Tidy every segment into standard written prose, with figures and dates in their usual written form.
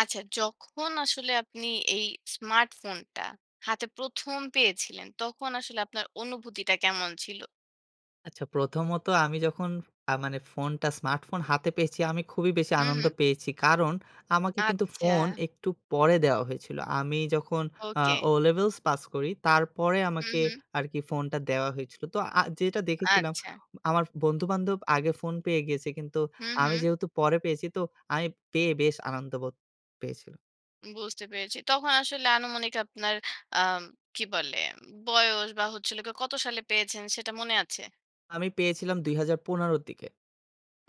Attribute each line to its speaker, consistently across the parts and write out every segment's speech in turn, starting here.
Speaker 1: আচ্ছা, যখন আসলে আপনি এই স্মার্টফোনটা হাতে ১ম পেয়েছিলেন, তখন আসলে আপনার অনুভূতিটা কেমন ছিল?
Speaker 2: আচ্ছা, প্রথমত আমি যখন মানে ফোনটা স্মার্টফোন হাতে পেয়েছি, আমি খুবই বেশি
Speaker 1: হুম,
Speaker 2: আনন্দ
Speaker 1: হুম।
Speaker 2: পেয়েছি। কারণ আমাকে কিন্তু
Speaker 1: আচ্ছা,
Speaker 2: ফোন একটু পরে দেওয়া হয়েছিল। আমি যখন আ
Speaker 1: ওকে।
Speaker 2: ও লেভেলস পাস করি, তারপরে
Speaker 1: হুম,
Speaker 2: আমাকে
Speaker 1: হুম।
Speaker 2: আরকি ফোনটা দেওয়া হয়েছিল। তো যেটা দেখেছিলাম,
Speaker 1: আচ্ছা।
Speaker 2: আমার বন্ধু-বান্ধব আগে ফোন পেয়ে গিয়েছে, কিন্তু
Speaker 1: হুম,
Speaker 2: আমি
Speaker 1: হুম।
Speaker 2: যেহেতু পরে পেয়েছি, তো আমি পেয়ে বেশ আনন্দ বোধ পেয়েছিলাম।
Speaker 1: বুঝতে পেরেছি। তখন আসলে আনুমানিক আপনার আম কি বলে বয়স বা হচ্ছে হলো গিয়ে কত সালে পেয়েছেন সেটা মনে আছে?
Speaker 2: আমি পেয়েছিলাম ২০১৫ র দিকে।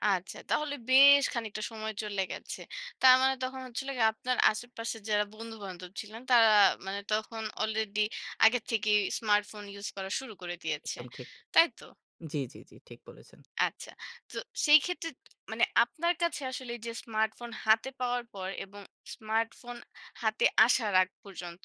Speaker 1: আচ্ছা, তাহলে বেশ খানিকটা সময় চলে গেছে। তার মানে তখন হচ্ছিল গিয়ে আপনার আশেপাশে যারা বন্ধু-বান্ধব ছিলেন, তারা মানে তখন অলরেডি আগের থেকেই স্মার্টফোন ইউজ করা শুরু করে দিয়েছে।
Speaker 2: একদম ঠিক।
Speaker 1: তাই তো?
Speaker 2: জি, জি, জি, ঠিক বলেছেন।
Speaker 1: আচ্ছা। তো সেই ক্ষেত্রে মানে আপনার কাছে আসলে এই যে স্মার্টফোন হাতে পাওয়ার পর এবং স্মার্টফোন হাতে আসার আগ পর্যন্ত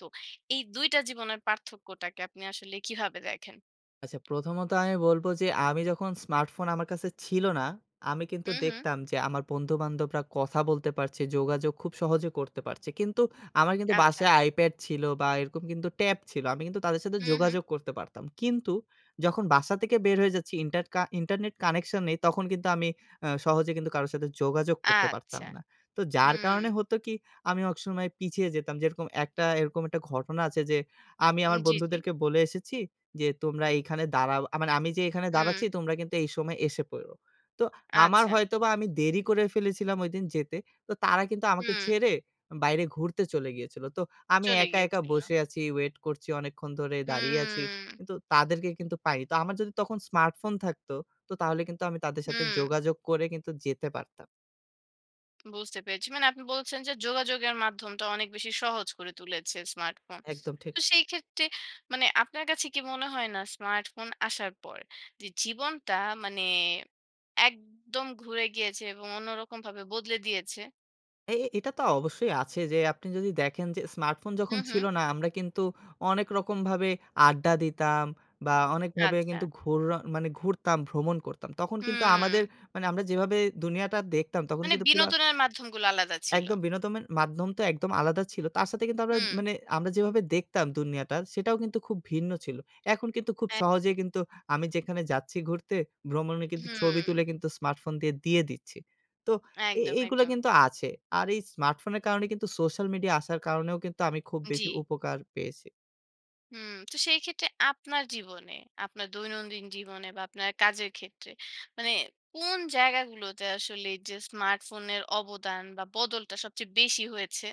Speaker 1: এই ২ টা জীবনের পার্থক্যটাকে আপনি আসলে কিভাবে দেখেন?
Speaker 2: আচ্ছা, প্রথমত আমি বলব যে আমি যখন স্মার্টফোন আমার কাছে ছিল না, আমি কিন্তু
Speaker 1: হুম, হুম।
Speaker 2: দেখতাম যে আমার বন্ধু-বান্ধবরা কথা বলতে পারছে, যোগাযোগ খুব সহজে করতে পারছে। কিন্তু আমার কিন্তু
Speaker 1: আচ্ছা।
Speaker 2: বাসায় iPad ছিল বা এরকম কিন্তু ট্যাব ছিল। আমি কিন্তু তাদের সাথে
Speaker 1: হুম, হুম।
Speaker 2: যোগাযোগ করতে পারতাম। কিন্তু যখন বাসা থেকে বের হয়ে যাচ্ছি ইন্টারনেট কানেকশন নেই তখন কিন্তু আমি সহজে কিন্তু কারো সাথে যোগাযোগ করতে পারতাম
Speaker 1: আচ্ছা।
Speaker 2: না। তো যার
Speaker 1: হুম।
Speaker 2: কারণে হতো কি আমি অনেক সময় পিছিয়ে যেতাম। যেরকম একটা এরকম একটা ঘটনা আছে যে আমি আমার
Speaker 1: জি, জি।
Speaker 2: বন্ধুদেরকে বলে এসেছি যে তোমরা এইখানে দাঁড়া মানে আমি যে এখানে
Speaker 1: হুম।
Speaker 2: দাঁড়াচ্ছি তোমরা কিন্তু এই সময় এসে পড়ো। তো আমার
Speaker 1: আচ্ছা।
Speaker 2: হয়তোবা আমি দেরি করে ফেলেছিলাম ঐদিন যেতে। তো তারা কিন্তু আমাকে
Speaker 1: হুম,
Speaker 2: ছেড়ে বাইরে ঘুরতে চলে গিয়েছিল। তো আমি
Speaker 1: চলে
Speaker 2: একা, একা
Speaker 1: গিয়েছিল।
Speaker 2: বসে আছি, ওয়েট করছি অনেকক্ষণ ধরে দাঁড়িয়ে আছি।
Speaker 1: হুম,
Speaker 2: কিন্তু তাদেরকে কিন্তু পাইনি। তো আমার যদি তখন স্মার্টফোন থাকতো তো তাহলে কিন্তু আমি তাদের সাথে
Speaker 1: হুম,
Speaker 2: যোগাযোগ করে কিন্তু যেতে পারতাম।
Speaker 1: বুঝতে পেরেছি। মানে আপনি বলছেন যে যোগাযোগের মাধ্যমটা অনেক বেশি সহজ করে তুলেছে স্মার্টফোন।
Speaker 2: একদম ঠিক।
Speaker 1: তো সেই ক্ষেত্রে মানে আপনার কাছে কি মনে হয় না স্মার্টফোন আসার পর যে জীবনটা মানে একদম ঘুরে গিয়েছে এবং অন্যরকমভাবে বদলে দিয়েছে?
Speaker 2: এ এ- এটা তো অবশ্যই আছে যে আপনি যদি দেখেন যে স্মার্টফোন
Speaker 1: হুম,
Speaker 2: যখন
Speaker 1: হুম,
Speaker 2: ছিল না আমরা কিন্তু অনেক রকমভাবে আড্ডা দিতাম বা অনেকভাবে
Speaker 1: আচ্ছা।
Speaker 2: কিন্তু মানে ঘুরতাম, ভ্রমণ করতাম। তখন কিন্তু
Speaker 1: হুম,
Speaker 2: আমাদের মানে আমরা যেভাবে দুনিয়াটা দেখতাম তখন
Speaker 1: মানে
Speaker 2: কিন্তু পুরা
Speaker 1: বিনোদনের মাধ্যমগুলো আলাদা ছিল।
Speaker 2: একদম বিনোদনের মাধ্যম তো একদম আলাদা ছিল। তার সাথে কিন্তু আমরা
Speaker 1: হুম,
Speaker 2: মানে আমরা যেভাবে দেখতাম দুনিয়াটা সেটাও কিন্তু খুব ভিন্ন ছিল। এখন কিন্তু খুব
Speaker 1: এ
Speaker 2: সহজেই কিন্তু আমি যেখানে যাচ্ছি ঘুরতে ভ্রমণে কিন্তু ছবি
Speaker 1: হুম,
Speaker 2: তুলে কিন্তু স্মার্টফোন দিয়ে দিচ্ছি। তো
Speaker 1: একদম,
Speaker 2: এইগুলো
Speaker 1: একদম।
Speaker 2: কিন্তু আছে। আর এই স্মার্টফোনের কারণে কিন্তু সোশ্যাল মিডিয়া আসার কারণেও কিন্তু আমি খুব
Speaker 1: জি।
Speaker 2: বেশি উপকার পেয়েছি।
Speaker 1: হুম, তো সেই ক্ষেত্রে আপনার জীবনে, আপনার দৈনন্দিন জীবনে বা আপনার কাজের ক্ষেত্রে মানে কোন জায়গাগুলোতে আসলে এই যে স্মার্টফোনের অবদান বা বদলটা সবচেয়ে বেশি হয়েছে?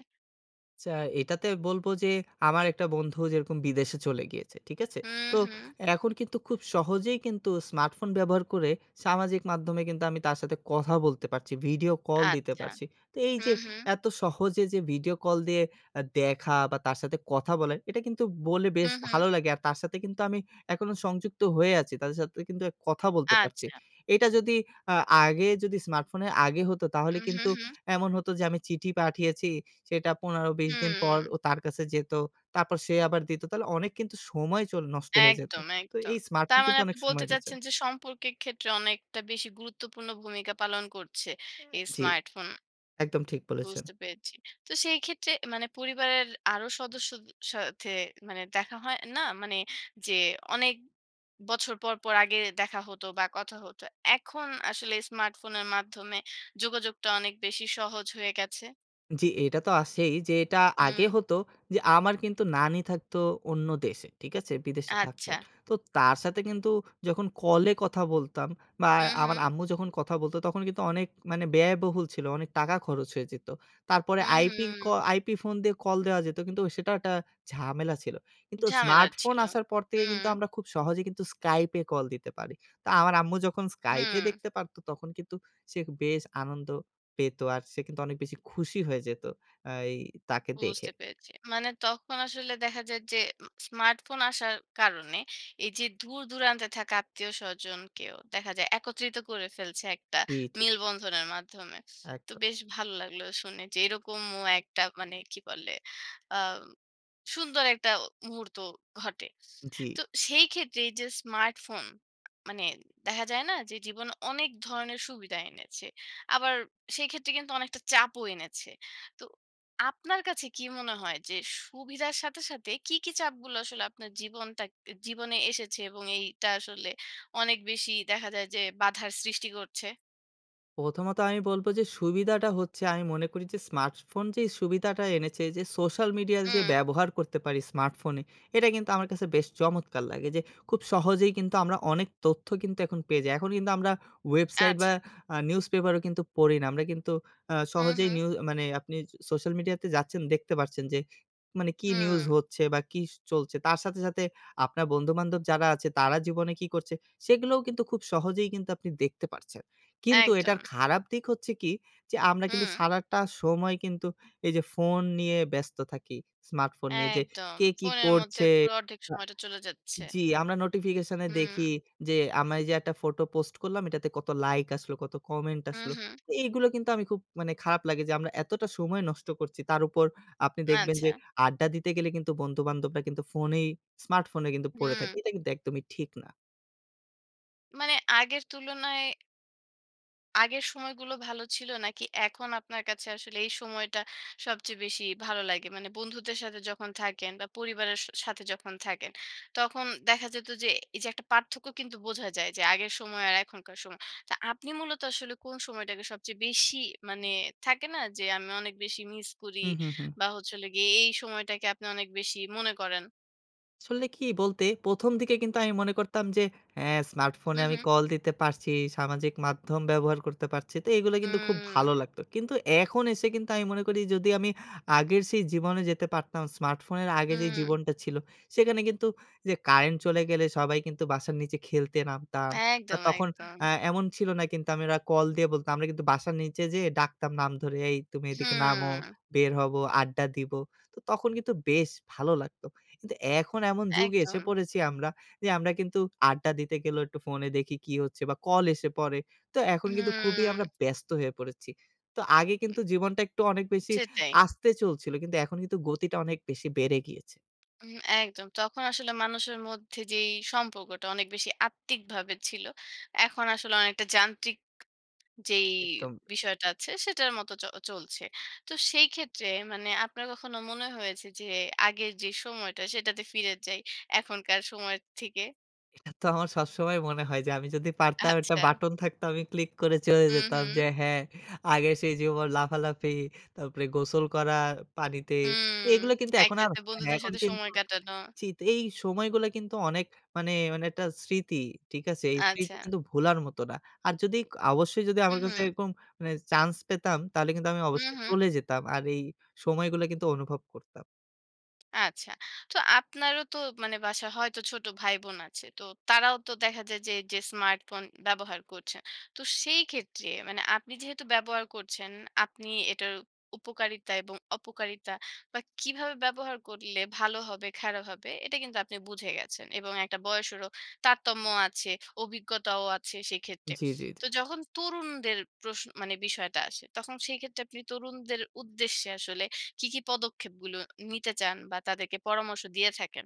Speaker 2: আচ্ছা, এটাতে বলব যে আমার একটা বন্ধু যেরকম বিদেশে চলে গিয়েছে। ঠিক আছে?
Speaker 1: হুম,
Speaker 2: তো
Speaker 1: হুম,
Speaker 2: এখন কিন্তু খুব সহজেই কিন্তু স্মার্টফোন ব্যবহার করে সামাজিক মাধ্যমে কিন্তু আমি তার সাথে কথা বলতে পারছি, ভিডিও কল দিতে
Speaker 1: আচ্ছা।
Speaker 2: পারছি। তো এই যে
Speaker 1: হুম, হুম,
Speaker 2: এত সহজে যে ভিডিও কল দিয়ে দেখা বা তার সাথে কথা বলা, এটা কিন্তু বলে বেশ
Speaker 1: হুম, হুম,
Speaker 2: ভালো লাগে। আর তার সাথে কিন্তু আমি এখনো সংযুক্ত হয়ে আছি। তাদের সাথে কিন্তু কথা বলতে পারছি।
Speaker 1: আচ্ছা।
Speaker 2: এটা যদি আ আগে যদি স্মার্টফোনের আগে হতো তাহলে
Speaker 1: হুম,
Speaker 2: কিন্তু
Speaker 1: হুম,
Speaker 2: এমন হতো যে আমি চিঠি পাঠিয়েছি সেটা ১৫-২০ দিন পর
Speaker 1: হুম,
Speaker 2: ও তার কাছে যেত। তারপর সে আবার দিত। তাহলে অনেক কিন্তু সময় নষ্ট হয়ে যেত।
Speaker 1: একদম,
Speaker 2: তো
Speaker 1: একদম।
Speaker 2: এই স্মার্টফোন
Speaker 1: তার মানে
Speaker 2: কিন্তু
Speaker 1: আপনি
Speaker 2: অনেক
Speaker 1: বলতে
Speaker 2: সময়
Speaker 1: চাচ্ছেন
Speaker 2: বাঁচায়।
Speaker 1: যে সম্পর্কের ক্ষেত্রে অনেকটা বেশি গুরুত্বপূর্ণ ভূমিকা পালন করছে
Speaker 2: অ্যা
Speaker 1: এই
Speaker 2: জি,
Speaker 1: স্মার্টফোন।
Speaker 2: একদম ঠিক বলেছেন।
Speaker 1: বুঝতে পেরেছি। তো সেই ক্ষেত্রে মানে পরিবারের আরো সদস্যদের সাথে মানে দেখা হয় না? মানে যে অনেক বছর পর আগে দেখা হতো বা কথা হতো। এখন আসলে স্মার্টফোনের মাধ্যমে যোগাযোগটা অনেক বেশি সহজ হয়ে গেছে।
Speaker 2: জি, এটা তো আছেই যে এটা আগে
Speaker 1: হুম,
Speaker 2: হতো যে আমার কিন্তু নানি থাকতো অন্য দেশে, ঠিক আছে? বিদেশে
Speaker 1: আচ্ছা।
Speaker 2: থাকতেন। তো তার সাথে কিন্তু যখন কলে কথা বলতাম বা
Speaker 1: হু, হু।
Speaker 2: আমার আম্মু যখন কথা বলত তখন কিন্তু অনেক মানে ব্যয়বহুল ছিল। অনেক টাকা খরচ হয়ে যেত। তারপরে
Speaker 1: হু, হু।
Speaker 2: আইপি ফোন দিয়ে কল দেওয়া যেত কিন্তু সেটাও একটা ঝামেলা ছিল। কিন্তু
Speaker 1: ঝামেলার
Speaker 2: স্মার্টফোন
Speaker 1: ছিল।
Speaker 2: আসার পর থেকে
Speaker 1: হুম,
Speaker 2: কিন্তু আমরা খুব সহজে কিন্তু Skype এ কল দিতে পারি। তো আমার আম্মু যখন Skype এ দেখতে
Speaker 1: হুম।
Speaker 2: পারত তখন কিন্তু সে বেশ আনন্দ পেত আর সে কিন্তু অনেক বেশি খুশি হয়ে যেত আ এই তাকে দেখে।
Speaker 1: বুঝতে পেরেছি। মানে তখন আসলে দেখা যায় যে স্মার্টফোন আসার কারণে এই যে দূর-দূরান্তে থাকা আত্মীয়-স্বজনকেও দেখা যায় একত্রিত করে ফেলছে একটা
Speaker 2: জি, ঠিক
Speaker 1: মেলবন্ধনের মাধ্যমে। তো
Speaker 2: একদম।
Speaker 1: বেশ ভালো লাগলো শুনে যে এরকমও একটা মানে কি বলে আ সুন্দর একটা মুহূর্ত ঘটে।
Speaker 2: জি।
Speaker 1: তো সেই ক্ষেত্রে এই যে স্মার্টফোন মানে দেখা যায় না যে জীবনে অনেক ধরনের সুবিধা এনেছে। আবার সেই ক্ষেত্রে কিন্তু অনেকটা চাপও এনেছে। তো আপনার কাছে কি মনে হয় যে সুবিধার সাথে, সাথে কি, কি চাপগুলো আসলে আপনার জীবনটা জীবনে এসেছে এবং এইটা আসলে অনেক বেশি দেখা যায় যে বাধার সৃষ্টি করছে?
Speaker 2: প্রথমত আমি বলব যে সুবিধাটা হচ্ছে আমি মনে করি যে স্মার্টফোন যেই সুবিধাটা এনেছে যে সোশ্যাল মিডিয়ার যে
Speaker 1: হুম,
Speaker 2: ব্যবহার করতে পারি স্মার্টফোনে এটা কিন্তু আমার কাছে বেশ চমৎকার লাগে যে খুব সহজেই কিন্তু আমরা অনেক তথ্য কিন্তু এখন পেয়ে যাই। এখন কিন্তু আমরা ওয়েবসাইট বা
Speaker 1: আচ্ছা।
Speaker 2: নিউজপেপারও কিন্তু পড়ি না। আমরা কিন্তু
Speaker 1: হুম,
Speaker 2: সহজেই
Speaker 1: হুম,
Speaker 2: মানে আপনি সোশ্যাল মিডিয়াতে যাচ্ছেন দেখতে পারছেন যে মানে কি
Speaker 1: হুম,
Speaker 2: নিউজ হচ্ছে বা কি চলছে। তার সাথে, সাথে আপনার বন্ধু-বান্ধব যারা আছে তারা জীবনে কি করছে সেগুলোও কিন্তু খুব সহজেই কিন্তু আপনি দেখতে পারছেন। কিন্তু
Speaker 1: একদম।
Speaker 2: এটার খারাপ দিক হচ্ছে কি? যে আমরা কিন্তু
Speaker 1: হুম,
Speaker 2: সারাটা সময় কিন্তু এই যে ফোন নিয়ে ব্যস্ত থাকি, স্মার্টফোন নিয়ে যে
Speaker 1: একদম।
Speaker 2: কে কি
Speaker 1: ফোনের মধ্যে
Speaker 2: করছে
Speaker 1: পুরো অর্ধেক
Speaker 2: আ
Speaker 1: সময়টা চলে যাচ্ছে।
Speaker 2: জি, আমরা নোটিফিকেশন এ
Speaker 1: হুম,
Speaker 2: দেখি যে আমি যে একটা ফটো পোস্ট করলাম এটাতে কত লাইক আসলো, কত কমেন্ট
Speaker 1: হুম,
Speaker 2: আসলো।
Speaker 1: হুম,
Speaker 2: এইগুলো কিন্তু আমি খুব মানে খারাপ লাগে যে আমরা এতটা সময় নষ্ট করছি। তার উপর আপনি দেখবেন
Speaker 1: আচ্ছা।
Speaker 2: যে আড্ডা দিতে গেলে কিন্তু বন্ধু-বান্ধবরা কিন্তু ফোনেই স্মার্টফোনে কিন্তু পড়ে
Speaker 1: হুম,
Speaker 2: থাকে। এটা কিন্তু একদমই ঠিক না।
Speaker 1: মানে আগের তুলনায় আগের সময়গুলো ভালো ছিল নাকি এখন আপনার কাছে আসলে এই সময়টা সবচেয়ে বেশি ভালো লাগে? মানে বন্ধুদের সাথে যখন থাকেন বা পরিবারের সাথে যখন থাকেন, তখন দেখা যেত যে এই যে একটা পার্থক্য কিন্তু বোঝা যায় যে আগের সময় আর এখনকার সময়। তা আপনি মূলত আসলে কোন সময়টাকে সবচেয়ে বেশি মানে থাকে না যে আমি অনেক বেশি মিস করি
Speaker 2: হু, হু, হু।
Speaker 1: বা হচ্ছে হলো গিয়ে এই সময়টাকে আপনি অনেক বেশি মনে করেন?
Speaker 2: আসলে কি বলতে ১ম দিকে কিন্তু আমি মনে করতাম যে, হ্যাঁ,
Speaker 1: হু,
Speaker 2: স্মার্টফোনে
Speaker 1: হু।
Speaker 2: আমি কল দিতে পারছি, সামাজিক মাধ্যম ব্যবহার করতে পারছি। তো এগুলো কিন্তু খুব
Speaker 1: হুম,
Speaker 2: ভালো লাগতো। কিন্তু এখন এসে কিন্তু আমি মনে করি যদি আমি আগের সেই জীবনে যেতে পারতাম, স্মার্টফোনের আগে যেই
Speaker 1: হুম।
Speaker 2: জীবনটা ছিল, সেখানে কিন্তু যে কারেন্ট চলে গেলে সবাই কিন্তু বাসার নিচে খেলতে নামতাম। বা
Speaker 1: একদম,
Speaker 2: তখন
Speaker 1: একদম।
Speaker 2: এমন ছিল না কিন্তু আমরা কল দিয়ে বলতাম। আমরা কিন্তু বাসার নিচে যেয়ে ডাকতাম নাম ধরে, "এই তুমি এদিকে নামো,
Speaker 1: হুম,
Speaker 2: বের হবো, আড্ডা দিব।" তো তখন কিন্তু বেশ ভালো লাগতো। কিন্তু এখন এমন যুগে
Speaker 1: একদম।
Speaker 2: এসে পড়েছি আমরা যে, আমরা কিন্তু আড্ডা দিতে গেলেও একটু ফোনে দেখি কি হচ্ছে বা কল এসে পড়ে। তো এখন কিন্তু খুবই আমরা
Speaker 1: হুম।
Speaker 2: ব্যস্ত হয়ে পড়েছি। তো আগে কিন্তু জীবনটা একটু অনেক বেশি
Speaker 1: সেটাই।
Speaker 2: আস্তে চলছিল। কিন্তু এখন কিন্তু গতিটা অনেক বেশি বেড়ে গিয়েছে।
Speaker 1: একদম। তখন আসলে মানুষের মধ্যে যেই সম্পর্কটা অনেক বেশি আত্মিকভাবে ছিল। এখন আসলে অনেকটা যান্ত্রিক যেই
Speaker 2: একদম
Speaker 1: বিষয়টা আছে সেটার মতো চলছে। তো সেই ক্ষেত্রে মানে আপনার কখনো মনে হয়েছে যে আগের যে সময়টা সেটাতে ফিরে যাই এখনকার সময়ের থেকে?
Speaker 2: এটা তো আমার সবসময় মনে হয় যে, আমি যদি পারতাম একটা
Speaker 1: আচ্ছা।
Speaker 2: বাটন থাকতো আমি ক্লিক করে চলে
Speaker 1: হুম,
Speaker 2: যেতাম
Speaker 1: হুম।
Speaker 2: যে, হ্যাঁ, আগে সেই জীবন লাফালাফি, তারপরে গোসল করা পানিতে।
Speaker 1: হুম।
Speaker 2: এগুলো কিন্তু এখন আর
Speaker 1: একসাথে
Speaker 2: হয় না।
Speaker 1: বন্ধুদের
Speaker 2: এখন
Speaker 1: সাথে
Speaker 2: কিন্তু
Speaker 1: সময় কাটানো।
Speaker 2: জি, তো এই সময়গুলা কিন্তু অনেক মানে, মানে একটা স্মৃতি, ঠিক আছে? এই স্মৃতি
Speaker 1: আচ্ছা।
Speaker 2: কিন্তু ভোলার মতো না। আর যদি অবশ্যই যদি
Speaker 1: হু,
Speaker 2: আমার
Speaker 1: হু।
Speaker 2: কাছে এরকম মানে চান্স পেতাম, তাহলে কিন্তু আমি
Speaker 1: হু,
Speaker 2: অবশ্যই
Speaker 1: হু।
Speaker 2: চলে যেতাম। আর এই সময়গুলা কিন্তু অনুভব করতাম।
Speaker 1: আচ্ছা। তো আপনারও তো মানে বাসায় হয়তো ছোট ভাই-বোন আছে। তো তারাও তো দেখা যায় যে, যে স্মার্টফোন ব্যবহার করছেন। তো সেই ক্ষেত্রে মানে আপনি যেহেতু ব্যবহার করছেন, আপনি এটার উপকারিতা এবং অপকারিতা বা কিভাবে ব্যবহার করলে ভালো হবে, খারাপ হবে এটা কিন্তু আপনি বুঝে গেছেন এবং একটা বয়সেরও তারতম্য আছে, অভিজ্ঞতাও আছে সেক্ষেত্রে।
Speaker 2: জি, জি, জি।
Speaker 1: তো যখন তরুণদের প্রশ্ন মানে বিষয়টা আসে, তখন সেই ক্ষেত্রে আপনি তরুণদের উদ্দেশ্যে আসলে কি, কি পদক্ষেপগুলো নিতে চান বা তাদেরকে পরামর্শ দিয়ে থাকেন?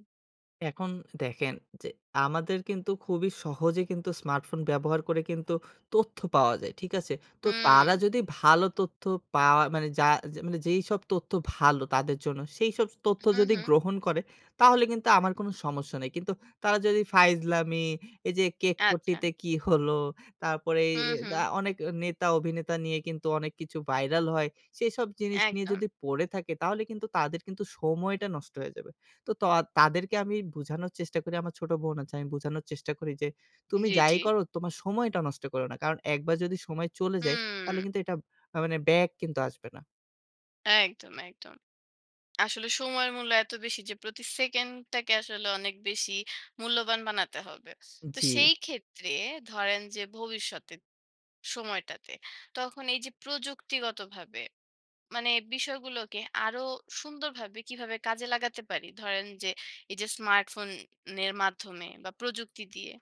Speaker 2: এখন দেখেন যে আমাদের কিন্তু খুবই সহজে কিন্তু স্মার্টফোন ব্যবহার করে কিন্তু তথ্য পাওয়া যায়। ঠিক আছে? তো
Speaker 1: হুম,
Speaker 2: তারা যদি ভালো তথ্য পাওয়া মানে যা যে মানে যেইসব তথ্য ভালো তাদের জন্য, সেইসব তথ্য
Speaker 1: হুম,
Speaker 2: যদি
Speaker 1: হুম।
Speaker 2: গ্রহণ করে তাহলে কিন্তু আমার কোনো সমস্যা নেই। কিন্তু তারা যদি ফাইজলামি, এই যে কেক
Speaker 1: আচ্ছা।
Speaker 2: পট্টিতে কি হলো, তারপরে এই
Speaker 1: হুম, হুম।
Speaker 2: অনেক নেতা অভিনেতা নিয়ে কিন্তু অনেক কিছু ভাইরাল হয়। সেসব জিনিস নিয়ে
Speaker 1: একদম।
Speaker 2: যদি পড়ে থাকে তাহলে কিন্তু তাদের কিন্তু সময়টা নষ্ট হয়ে যাবে। তো তাদেরকে আমি বুঝানোর চেষ্টা করি, আমার ছোট বোন আছে, আমি বুঝানোর চেষ্টা করি যে, "তুমি
Speaker 1: জি,
Speaker 2: যাই
Speaker 1: জি।
Speaker 2: করো তোমার সময়টা নষ্ট করো না।" কারণ একবার যদি সময় চলে যায়
Speaker 1: হুম।
Speaker 2: তাহলে কিন্তু এটা মানে ব্যাক কিন্তু আসবে না।
Speaker 1: একদম, একদম। আসলে সময়ের মূল্য এত বেশি যে প্রতি সেকেন্ডটাকে আসলে অনেক বেশি মূল্যবান বানাতে হবে। তো
Speaker 2: জি।
Speaker 1: সেই ক্ষেত্রে ধরেন যে ভবিষ্যতে সময়টাতে তখন এই যে প্রযুক্তিগতভাবে মানে বিষয়গুলোকে আরো সুন্দরভাবে কিভাবে কাজে লাগাতে পারি? ধরেন যে এই যে স্মার্টফোন এর মাধ্যমে বা প্রযুক্তি দিয়ে।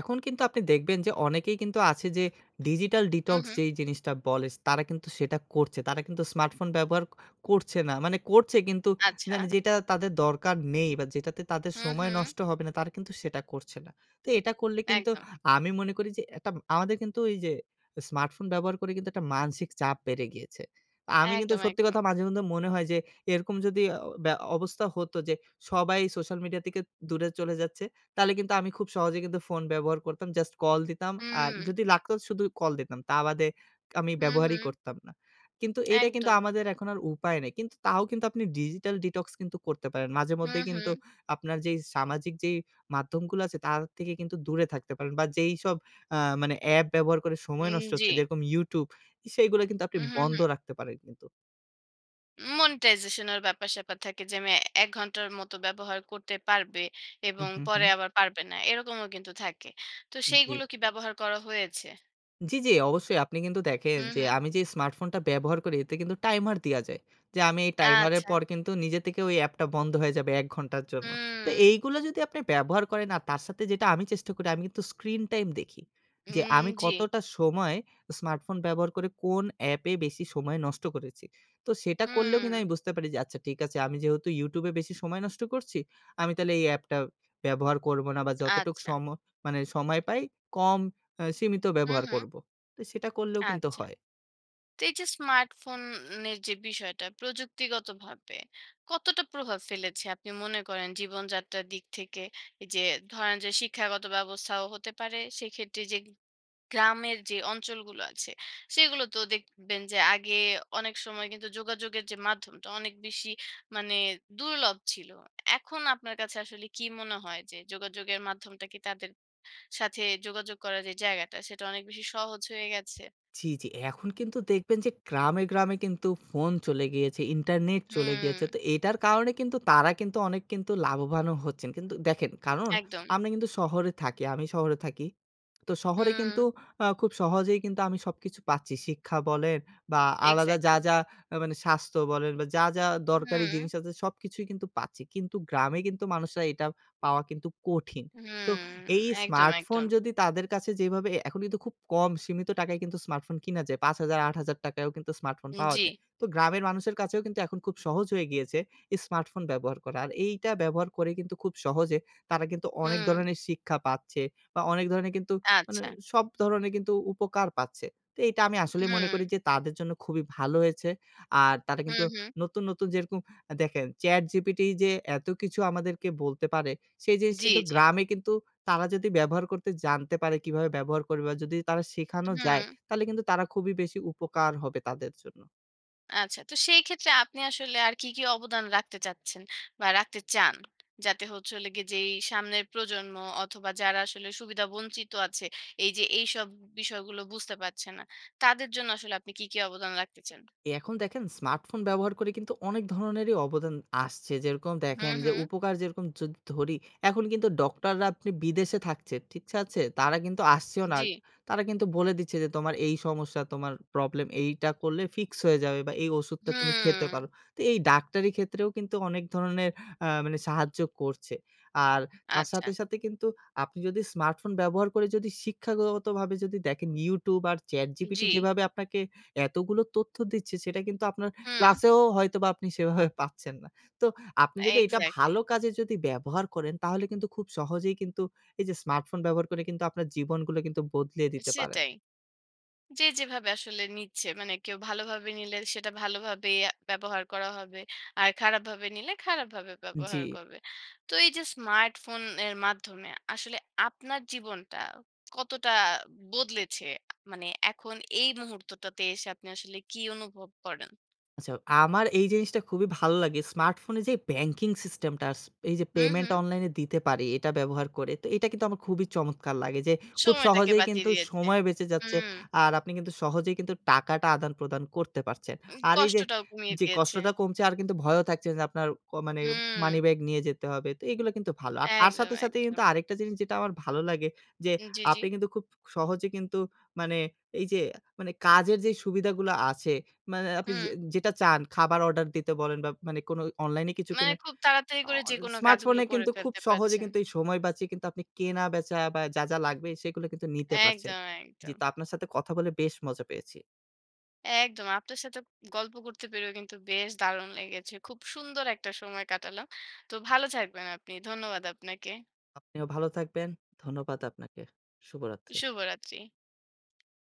Speaker 2: এখন কিন্তু আপনি দেখবেন যে অনেকেই কিন্তু আছে যে ডিজিটাল
Speaker 1: হুম,
Speaker 2: ডিটক্স
Speaker 1: হুম।
Speaker 2: যেই জিনিসটা বলে তারা কিন্তু সেটা করছে। তারা কিন্তু স্মার্টফোন ব্যবহার করছে না। মানে করছে কিন্তু
Speaker 1: আচ্ছা।
Speaker 2: মানে যেটা তাদের দরকার নেই বা যেটাতে তাদের
Speaker 1: হুম,
Speaker 2: সময়
Speaker 1: হুম।
Speaker 2: নষ্ট হবে না তারা কিন্তু সেটা করছে না। তো এটা করলে কিন্তু
Speaker 1: একদম,
Speaker 2: আমি মনে করি যে একটা আমাদের কিন্তু এই যে স্মার্টফোন ব্যবহার করে কিন্তু একটা মানসিক চাপ বেড়ে গিয়েছে। আমি কিন্তু
Speaker 1: একদম,
Speaker 2: সত্যি
Speaker 1: একদম।
Speaker 2: কথা মাঝে মধ্যে মনে হয় যে এরকম যদি অ ব্যা অবস্থা হতো যে সবাই সোশ্যাল মিডিয়া থেকে দূরে চলে যাচ্ছে। তাহলে কিন্তু আমি খুব সহজে কিন্তু ফোন ব্যবহার করতাম। জাস্ট কল দিতাম। আর
Speaker 1: হুম,
Speaker 2: যদি লাগতো শুধু কল দিতাম। তা বাদে আমি
Speaker 1: হুম,
Speaker 2: ব্যবহারই
Speaker 1: হুম।
Speaker 2: করতাম না। কিন্তু এইটা কিন্তু
Speaker 1: একদম।
Speaker 2: আমাদের এখন আর উপায় নেই। কিন্তু তাও কিন্তু আপনি ডিজিটাল ডিটক্স কিন্তু করতে পারেন।
Speaker 1: হুম,
Speaker 2: মাঝেমধ্যে
Speaker 1: হুম।
Speaker 2: কিন্তু আপনার যেই সামাজিক যেই মাধ্যমগুলো আছে তার থেকে কিন্তু দূরে থাকতে পারেন বা যেইসব আ মানে অ্যাপ ব্যবহার করে সময় নষ্ট
Speaker 1: জি।
Speaker 2: হচ্ছে যেরকম YouTube, সেইগুলো কিন্তু আপনি
Speaker 1: হুম, হুম,
Speaker 2: বন্ধ
Speaker 1: হুম।
Speaker 2: রাখতে পারেন কিন্তু।
Speaker 1: মনিটাইজেশন এর ব্যাপার-স্যাপার থাকে যে আমি ১ ঘন্টার মতো ব্যবহার করতে পারবে এবং
Speaker 2: হুম, হুম,
Speaker 1: পরে
Speaker 2: হুম।
Speaker 1: আবার পারবে না। এরকমও কিন্তু থাকে। তো
Speaker 2: জি।
Speaker 1: সেইগুলো কি ব্যবহার করা হয়েছে?
Speaker 2: জি, জি, অবশ্যই আপনি কিন্তু দেখেন
Speaker 1: হুম,
Speaker 2: যে
Speaker 1: হুম।
Speaker 2: আমি যে স্মার্টফোনটা ব্যবহার করি এতে কিন্তু টাইমার দেয়া যায়। যে আমি এই টাইমারের
Speaker 1: আচ্ছা।
Speaker 2: পর কিন্তু নিজে থেকে ওই অ্যাপটা বন্ধ হয়ে যাবে ১ ঘন্টার জন্য। তো
Speaker 1: হুম।
Speaker 2: এইগুলো যদি আপনি ব্যবহার করেন আর তার সাথে যেটা আমি চেষ্টা করি আমি কিন্তু স্ক্রিন টাইম দেখি। যে আমি
Speaker 1: জি।
Speaker 2: কতটা সময় স্মার্টফোন ব্যবহার করে কোন অ্যাপে বেশি সময় নষ্ট করেছি। তো সেটা করলেও
Speaker 1: হুম,
Speaker 2: কিন্তু আমি বুঝতে পারি যে আচ্ছা ঠিক আছে আমি যেহেতু YouTube এ বেশি সময় নষ্ট করছি, আমি তাহলে এই অ্যাপটা ব্যবহার করব না বা যতটুক
Speaker 1: আচ্ছা।
Speaker 2: সম মানে সময় পাই কম সীমিত
Speaker 1: হুম,
Speaker 2: ব্যবহার
Speaker 1: হুম,
Speaker 2: করব। তো সেটা করলেও কিন্তু
Speaker 1: আচ্ছা।
Speaker 2: হয়।
Speaker 1: তো এই যে স্মার্টফোনের যে বিষয়টা প্রযুক্তিগতভাবে কতটা প্রভাব ফেলেছে আপনি মনে করেন জীবনযাত্রার দিক থেকে? এই যে ধরেন যে শিক্ষাগত ব্যবস্থাও হতে পারে, সেক্ষেত্রে যে গ্রামের যে অঞ্চলগুলো আছে, সেগুলো তো দেখবেন যে আগে অনেক সময় কিন্তু যোগাযোগের যে মাধ্যমটা অনেক বেশি মানে দুর্লভ ছিল। এখন আপনার কাছে আসলে কি মনে হয় যে যোগাযোগের মাধ্যমটা কি তাদের সাথে যোগাযোগ করার যে জায়গাটা সেটা অনেক বেশি সহজ হয়ে গেছে।
Speaker 2: জি, জি। এখন কিন্তু দেখবেন যে গ্রামে, গ্রামে কিন্তু ফোন চলে গিয়েছে, ইন্টারনেট চলে
Speaker 1: হুম,
Speaker 2: গিয়েছে। তো এটার কারণে কিন্তু তারা কিন্তু অনেক কিন্তু লাভবানও হচ্ছেন। কিন্তু দেখেন কারণ
Speaker 1: একদম।
Speaker 2: আমরা কিন্তু শহরে থাকি, আমি শহরে থাকি। তো শহরে
Speaker 1: হুম,
Speaker 2: কিন্তু খুব সহজেই কিন্তু আমি সবকিছু পাচ্ছি। শিক্ষা বলেন বা আলাদা যা,
Speaker 1: এক্সাক্টলি।
Speaker 2: যা মানে স্বাস্থ্য বলেন বা যা, যা দরকারি
Speaker 1: হুম,
Speaker 2: জিনিস আছে সবকিছুই কিন্তু পাচ্ছি। কিন্তু গ্রামে কিন্তু মানুষরা এটা পাওয়া কিন্তু কঠিন। তো
Speaker 1: হুম,
Speaker 2: এই
Speaker 1: একদম,
Speaker 2: স্মার্টফোন
Speaker 1: একদম।
Speaker 2: যদি তাদের কাছে যেভাবে এখন কিন্তু খুব কম সীমিত টাকায় কিন্তু স্মার্টফোন কিনা যায়। ৳৫,০০০, ৳৮,০০০ কিন্তু স্মার্টফোন পাওয়া
Speaker 1: জি,
Speaker 2: যায়। তো গ্রামের মানুষের কাছেও কিন্তু এখন খুব সহজ হয়ে গিয়েছে এই স্মার্টফোন ব্যবহার করা। আর এইটা ব্যবহার করে কিন্তু খুব সহজে তারা কিন্তু অনেক
Speaker 1: হুম,
Speaker 2: ধরনের শিক্ষা পাচ্ছে বা অনেক ধরনের কিন্তু মানে
Speaker 1: আচ্ছা।
Speaker 2: সব ধরনের কিন্তু উপকার পাচ্ছে। তো এইটা আমি আসলেই মনে
Speaker 1: হুম,
Speaker 2: করি যে তাদের জন্য খুবই ভালো হয়েছে। আর তারা
Speaker 1: হুম,
Speaker 2: কিন্তু
Speaker 1: হুম।
Speaker 2: নতুন, নতুন যেরকম দেখেন ChatGPT যে এত কিছু আমাদেরকে বলতে পারে সেই জিনিস
Speaker 1: জি,
Speaker 2: কিন্তু
Speaker 1: জি।
Speaker 2: গ্রামে কিন্তু তারা যদি ব্যবহার করতে জানতে পারে, কিভাবে ব্যবহার করবে বা যদি তারা শেখানো
Speaker 1: হুম,
Speaker 2: যায়, তাহলে কিন্তু তারা খুবই বেশি উপকার হবে তাদের জন্য।
Speaker 1: আচ্ছা। তো সেই ক্ষেত্রে আপনি আসলে আর কি, কি অবদান রাখতে চাচ্ছেন বা রাখতে চান? যাতে হচ্ছে হলো গিয়ে যেই সামনের প্রজন্ম অথবা যারা আসলে সুবিধা বঞ্চিত আছে, এই যে এইসব বিষয়গুলো বুঝতে পারছে না, তাদের জন্য আসলে আপনি কি, কি অবদান রাখতে চান?
Speaker 2: এখন দেখেন স্মার্টফোন ব্যবহার করে কিন্তু অনেক ধরনেরই অবদান আসছে। যেরকম
Speaker 1: হুম,
Speaker 2: দেখেন যে
Speaker 1: হুম।
Speaker 2: উপকার যেরকম যদি ধরি, এখন কিন্তু ডক্টররা আপনি বিদেশে থাকছে, ঠিক আছে? তারা কিন্তু আসছেও না।
Speaker 1: জি।
Speaker 2: তারা কিন্তু বলে দিচ্ছে যে তোমার এই সমস্যা, তোমার প্রবলেম এইটা করলে ফিক্স হয়ে যাবে বা এই ওষুধটা তুমি খেতে
Speaker 1: হুম,
Speaker 2: পারো। তো এই ডাক্তারি ক্ষেত্রেও কিন্তু অনেক ধরনের মানে সাহায্য করছে। আর তার
Speaker 1: আচ্ছা।
Speaker 2: সাথে, সাথে কিন্তু আপনি যদি স্মার্টফোন ব্যবহার করে যদি শিক্ষাগতভাবে যদি দেখেন YouTube আর ChatGPT
Speaker 1: জি।
Speaker 2: যেভাবে আপনাকে এতগুলো তথ্য দিচ্ছে সেটা কিন্তু আপনার
Speaker 1: হুম,
Speaker 2: ক্লাসেও হয়তোবা আপনি সেভাবে পাচ্ছেন না। তো আপনি যদি এটা
Speaker 1: এক্সাক্টলি।
Speaker 2: ভালো কাজে যদি ব্যবহার করেন তাহলে কিন্তু খুব সহজেই কিন্তু এই যে স্মার্টফোন ব্যবহার করে কিন্তু আপনার জীবনগুলো কিন্তু বদলে দিতে পারেন।
Speaker 1: সেটাই। যে যেভাবে আসলে নিচ্ছে মানে কেউ ভালোভাবে নিলে সেটা ভালোভাবে ব্যবহার করা হবে। আর খারাপভাবে নিলে খারাপভাবে
Speaker 2: জি।
Speaker 1: ব্যবহার করবে। তো এই যে স্মার্টফোন এর মাধ্যমে আসলে আপনার জীবনটা কতটা বদলেছে? মানে এখন এই মুহূর্তটাতে এসে আপনি আসলে কি অনুভব করেন?
Speaker 2: আচ্ছা, আমার এই জিনিসটা খুবই ভালো লাগে। স্মার্টফোনে যে ব্যাংকিং সিস্টেমটা এই যে
Speaker 1: হুম,
Speaker 2: পেমেন্ট
Speaker 1: হুম।
Speaker 2: অনলাইনে দিতে পারি এটা ব্যবহার করে। তো এটা কিন্তু আমার খুবই চমৎকার লাগে যে খুব
Speaker 1: সময়টাকে
Speaker 2: সহজেই
Speaker 1: বাঁচিয়ে
Speaker 2: কিন্তু
Speaker 1: দিয়েছে।
Speaker 2: সময় বেঁচে যাচ্ছে।
Speaker 1: হুম,
Speaker 2: আর আপনি কিন্তু সহজেই কিন্তু টাকাটা আদান-প্রদান করতে পারছেন। আর এই যে,
Speaker 1: কষ্টটাও কমিয়ে
Speaker 2: যে
Speaker 1: দিয়েছে।
Speaker 2: কষ্টটা কমছে আর কিন্তু ভয়ও থাকছে না যে আপনার মানে
Speaker 1: হুম।
Speaker 2: মানি ব্যাগ নিয়ে যেতে হবে। তো এগুলো কিন্তু ভালো। আর তার
Speaker 1: একদম,
Speaker 2: সাথে, সাথে কিন্তু
Speaker 1: একদম।
Speaker 2: আরেকটা জিনিস যেটা আমার ভালো লাগে যে
Speaker 1: জি, জি।
Speaker 2: আপনি কিন্তু খুব সহজে কিন্তু মানে এই যে মানে কাজের যে সুবিধাগুলো আছে মানে আপনি
Speaker 1: হুম।
Speaker 2: যে যেটা চান খাবার অর্ডার দিতে বলেন বা মানে কোনো অনলাইনে কিছু
Speaker 1: মানে
Speaker 2: কিনে
Speaker 1: খুব তাড়াতাড়ি
Speaker 2: অ
Speaker 1: করে যেকোনো কাজগুলো
Speaker 2: স্মার্টফোনে
Speaker 1: করে
Speaker 2: কিন্তু খুব
Speaker 1: ফেলতে
Speaker 2: সহজে
Speaker 1: পারছেন।
Speaker 2: কিন্তু এই সময় বাঁচিয়ে কিন্তু আপনি কেনা-বেচা বা যা, যা লাগবে সেগুলো কিন্তু নিতে পারছেন।
Speaker 1: একদম,
Speaker 2: জি,
Speaker 1: একদম।
Speaker 2: তো আপনার সাথে কথা বলে বেশ মজা পেয়েছি।
Speaker 1: একদম। আপনার সাথে গল্প করতে পেরেও কিন্তু বেশ দারুণ লেগেছে। খুব সুন্দর একটা সময় কাটালাম। তো ভালো থাকবেন আপনি। ধন্যবাদ আপনাকে।
Speaker 2: আপনিও ভালো থাকবেন। ধন্যবাদ আপনাকে। শুভরাত্রি।
Speaker 1: শুভরাত্রি।